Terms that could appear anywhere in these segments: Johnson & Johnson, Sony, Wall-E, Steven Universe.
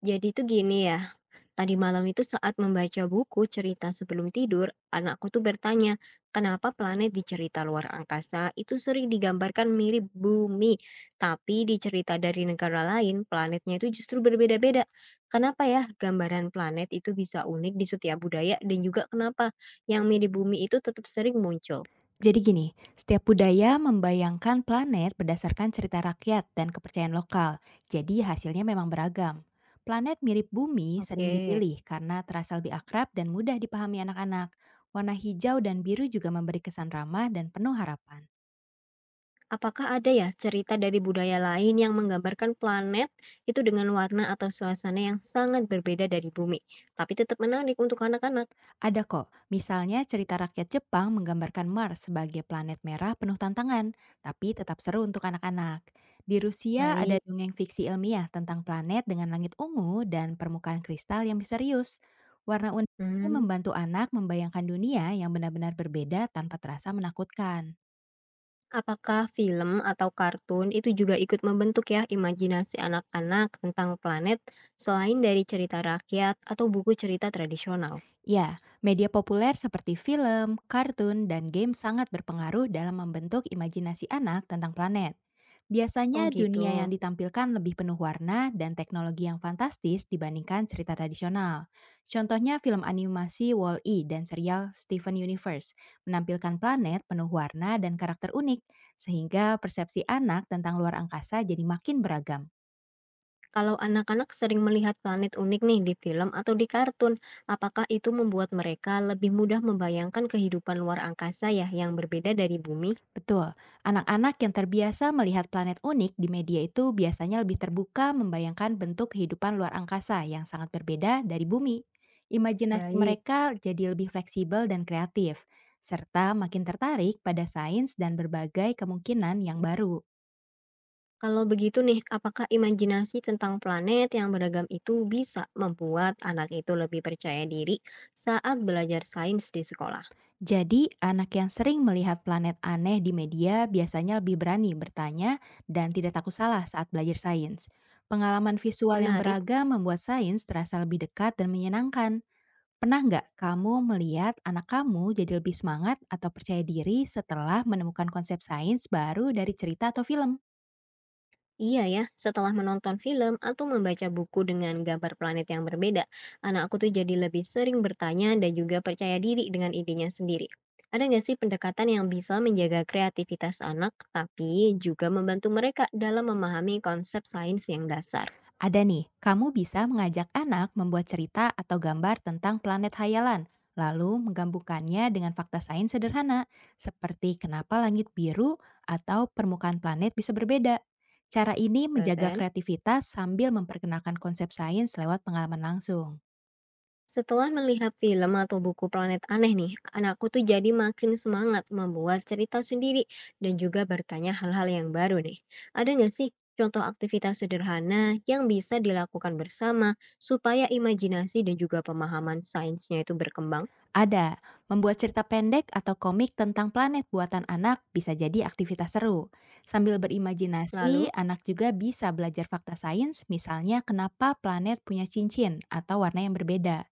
Jadi tuh gini ya, tadi malam itu saat membaca buku cerita sebelum tidur, anakku tuh bertanya, kenapa planet di cerita luar angkasa itu sering digambarkan mirip bumi, tapi di cerita dari negara lain, planetnya itu justru berbeda-beda. Kenapa ya gambaran planet itu bisa unik di setiap budaya dan juga kenapa yang mirip bumi itu tetap sering muncul? Jadi gini, setiap budaya membayangkan planet berdasarkan cerita rakyat dan kepercayaan lokal. Jadi hasilnya memang beragam. Planet mirip bumi Oke. sering dipilih karena terasa lebih akrab dan mudah dipahami anak-anak. Warna hijau dan biru juga memberi kesan ramah dan penuh harapan. Apakah ada ya cerita dari budaya lain yang menggambarkan planet itu dengan warna atau suasana yang sangat berbeda dari bumi, tapi tetap menarik untuk anak-anak? Ada kok, misalnya cerita rakyat Jepang menggambarkan Mars sebagai planet merah penuh tantangan, tapi tetap seru untuk anak-anak. Di Rusia ada Baik. dongeng fiksi ilmiah tentang planet dengan langit ungu dan permukaan kristal yang misterius. Warna unik ini Hmm. membantu anak membayangkan dunia yang benar-benar berbeda tanpa terasa menakutkan. Apakah film atau kartun itu juga ikut membentuk ya imajinasi anak-anak tentang planet selain dari cerita rakyat atau buku cerita tradisional? Ya, media populer seperti film, kartun, dan game sangat berpengaruh dalam membentuk imajinasi anak tentang planet. Oh Biasanya gitu. dunia yang ditampilkan lebih penuh warna dan teknologi yang fantastis dibandingkan cerita tradisional. Contohnya film animasi Wall-E dan serial Steven Universe menampilkan planet penuh warna dan karakter unik, sehingga persepsi anak tentang luar angkasa jadi makin beragam. Kalau anak-anak sering melihat planet unik nih di film atau di kartun, apakah itu membuat mereka lebih mudah membayangkan kehidupan luar angkasa ya yang berbeda dari bumi? Betul, anak-anak yang terbiasa melihat planet unik di media itu biasanya lebih terbuka membayangkan bentuk kehidupan luar angkasa yang sangat berbeda dari bumi. Imajinasi Baik, mereka jadi lebih fleksibel dan kreatif, serta makin tertarik pada sains dan berbagai kemungkinan yang baru. kalau begitu nih, apakah imajinasi tentang planet yang beragam itu bisa membuat anak itu lebih percaya diri saat belajar sains di sekolah? Jadi, anak yang sering melihat planet aneh di media biasanya lebih berani bertanya dan tidak takut salah saat belajar sains. Pengalaman visual yang Menarik. beragam membuat sains terasa lebih dekat dan menyenangkan. Pernah nggak kamu melihat anak kamu jadi lebih semangat atau percaya diri setelah menemukan konsep sains baru dari cerita atau film? Iya ya, setelah menonton film atau membaca buku dengan gambar planet yang berbeda, anak aku tuh jadi lebih sering bertanya dan juga percaya diri dengan idenya sendiri. Ada nggak sih pendekatan yang bisa menjaga kreativitas anak, tapi juga membantu mereka dalam memahami konsep sains yang dasar? Ada nih, kamu bisa mengajak anak membuat cerita atau gambar tentang planet hayalan, lalu menggabungkannya dengan fakta sains sederhana, seperti kenapa langit biru atau permukaan planet bisa berbeda. Cara ini menjaga Keren. kreativitas sambil memperkenalkan konsep sains lewat pengalaman langsung. Setelah melihat film atau buku Planet Aneh nih, anakku tuh jadi makin semangat membuat cerita sendiri dan juga bertanya hal-hal yang baru nih. Ada nggak sih contoh aktivitas sederhana yang bisa dilakukan bersama supaya imajinasi dan juga pemahaman sainsnya itu berkembang? Ada, membuat cerita pendek atau komik tentang planet buatan anak bisa jadi aktivitas seru. Sambil Lalu? berimajinasi, anak juga bisa belajar fakta sains, misalnya kenapa planet punya cincin atau warna yang berbeda.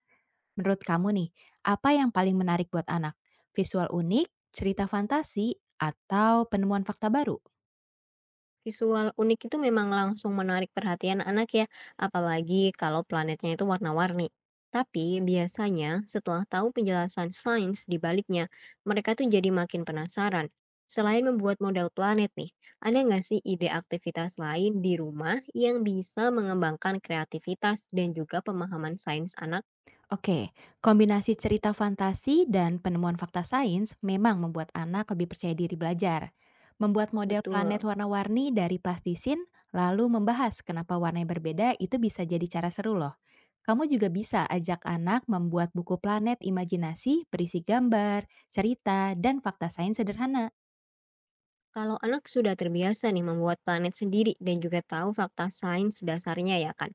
Menurut kamu nih, apa yang paling menarik buat anak? Visual unik, cerita fantasi, atau penemuan fakta baru? Visual unik itu memang langsung menarik perhatian anak ya, apalagi kalau planetnya itu warna-warni. Tapi biasanya setelah tahu penjelasan sains di baliknya, mereka tuh jadi makin penasaran. Selain membuat model planet nih, ada nggak sih ide aktivitas lain di rumah yang bisa mengembangkan kreativitas dan juga pemahaman sains anak? Oke, kombinasi cerita fantasi dan penemuan fakta sains memang membuat anak lebih percaya diri belajar. Membuat model planet Betul. warna-warni dari plastisin, lalu membahas kenapa warnanya berbeda itu bisa jadi cara seru loh. Kamu juga bisa ajak anak membuat buku planet imajinasi berisi gambar, cerita, dan fakta sains sederhana. Kalau anak sudah terbiasa nih membuat planet sendiri dan juga tahu fakta sains dasarnya ya kan.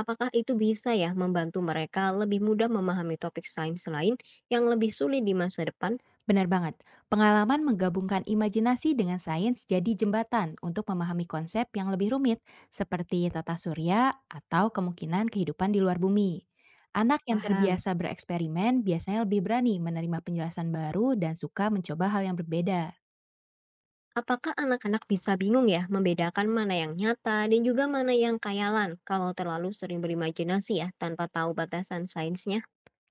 Apakah itu bisa ya membantu mereka lebih mudah memahami topik sains lain yang lebih sulit di masa depan? Benar banget, pengalaman menggabungkan imajinasi dengan sains jadi jembatan untuk memahami konsep yang lebih rumit, seperti tata surya atau kemungkinan kehidupan di luar bumi. Anak yang Paham. terbiasa bereksperimen biasanya lebih berani menerima penjelasan baru dan suka mencoba hal yang berbeda. Apakah anak-anak bisa bingung ya membedakan mana yang nyata dan juga mana yang khayalan kalau terlalu sering berimajinasi ya tanpa tahu batasan sainsnya?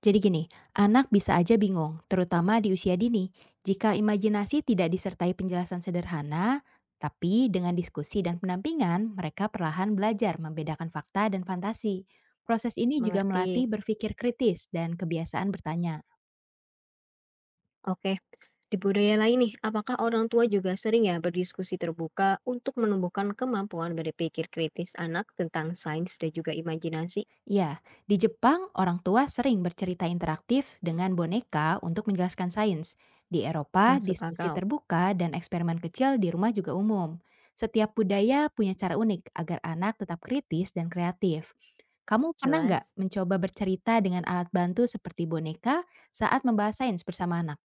Jadi gini, anak bisa aja bingung, terutama di usia dini, jika imajinasi tidak disertai penjelasan sederhana, tapi dengan diskusi dan pendampingan, mereka perlahan belajar membedakan fakta dan fantasi. Proses ini juga melatih Mengerti. berpikir kritis dan kebiasaan bertanya. Oke, di budaya lain nih, apakah orang tua juga sering ya berdiskusi terbuka untuk menumbuhkan kemampuan berpikir kritis anak tentang sains dan juga imajinasi? Ya, di Jepang orang tua sering bercerita interaktif dengan boneka untuk menjelaskan sains. Di Eropa, Masuk diskusi akal, terbuka dan eksperimen kecil di rumah juga umum. Setiap budaya punya cara unik agar anak tetap kritis dan kreatif. Kamu pernah nggak jelas. mencoba bercerita dengan alat bantu seperti boneka saat membahas sains bersama anak?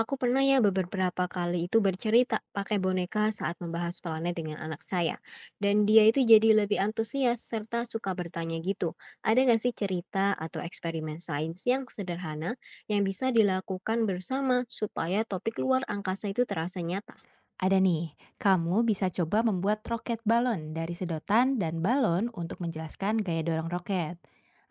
Aku pernah ya beberapa kali itu bercerita pakai boneka saat membahas planet dengan anak saya. Dan dia itu jadi lebih antusias serta suka bertanya gitu. Ada nggak sih cerita atau eksperimen sains yang sederhana yang bisa dilakukan bersama supaya topik luar angkasa itu terasa nyata? Ada nih, kamu bisa coba membuat roket balon dari sedotan dan balon untuk menjelaskan gaya dorong roket.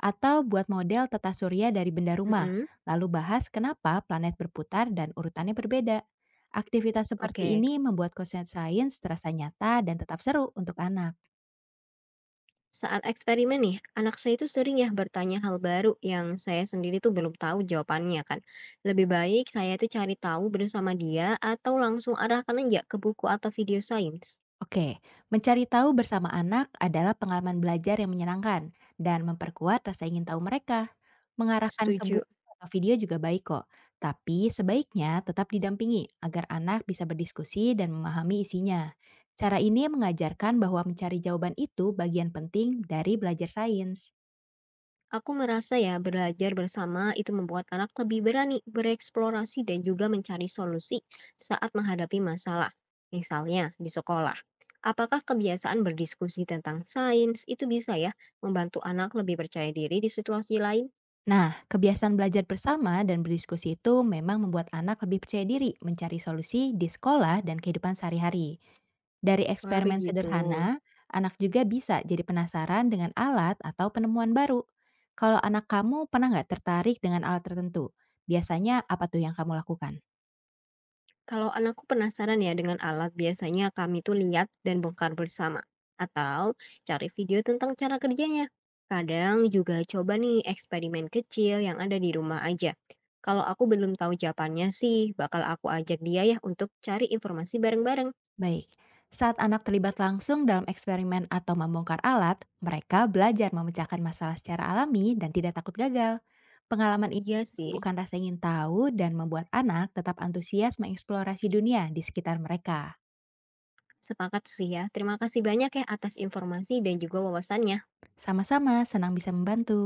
Atau buat model tata surya dari benda rumah, Mm-mm. lalu bahas kenapa planet berputar dan urutannya berbeda. Aktivitas seperti Oke. ini membuat konsen sains terasa nyata dan tetap seru untuk anak. Saat eksperimen nih, anak saya itu sering ya bertanya hal baru yang saya sendiri tuh belum tahu jawabannya kan. Lebih baik saya itu cari tahu bersama dia atau langsung arahkan aja ke buku atau video sains. Oke, mencari tahu bersama anak adalah pengalaman belajar yang menyenangkan dan memperkuat rasa ingin tahu mereka. Mengarahkan ke Setuju. buku atau video juga baik kok, tapi sebaiknya tetap didampingi agar anak bisa berdiskusi dan memahami isinya. Cara ini mengajarkan bahwa mencari jawaban itu bagian penting dari belajar sains. Aku merasa ya belajar bersama itu membuat anak lebih berani bereksplorasi dan juga mencari solusi saat menghadapi masalah. Misalnya di sekolah. Apakah kebiasaan berdiskusi tentang sains itu bisa ya membantu anak lebih percaya diri di situasi lain? Nah, kebiasaan belajar bersama dan berdiskusi itu memang membuat anak lebih percaya diri mencari solusi di sekolah dan kehidupan sehari-hari. Dari Wah, eksperimen begitu. sederhana, anak juga bisa jadi penasaran dengan alat atau penemuan baru. Kalau anak kamu pernah nggak tertarik dengan alat tertentu? Biasanya apa tuh yang kamu lakukan? Kalau anakku penasaran ya dengan alat, biasanya kami tuh lihat dan bongkar bersama. Atau cari video tentang cara kerjanya. Kadang juga coba nih eksperimen kecil yang ada di rumah aja. Kalau aku belum tahu jawabannya sih, bakal aku ajak dia ya untuk cari informasi bareng-bareng. Baik, saat anak terlibat langsung dalam eksperimen atau membongkar alat, mereka belajar memecahkan masalah secara alami dan tidak takut gagal. Pengalaman ini Iya sih, bukan rasa ingin tahu dan membuat anak tetap antusias mengeksplorasi dunia di sekitar mereka. sepakat sih ya. Terima kasih banyak ya atas informasi dan juga wawasannya. Sama-sama, senang bisa membantu.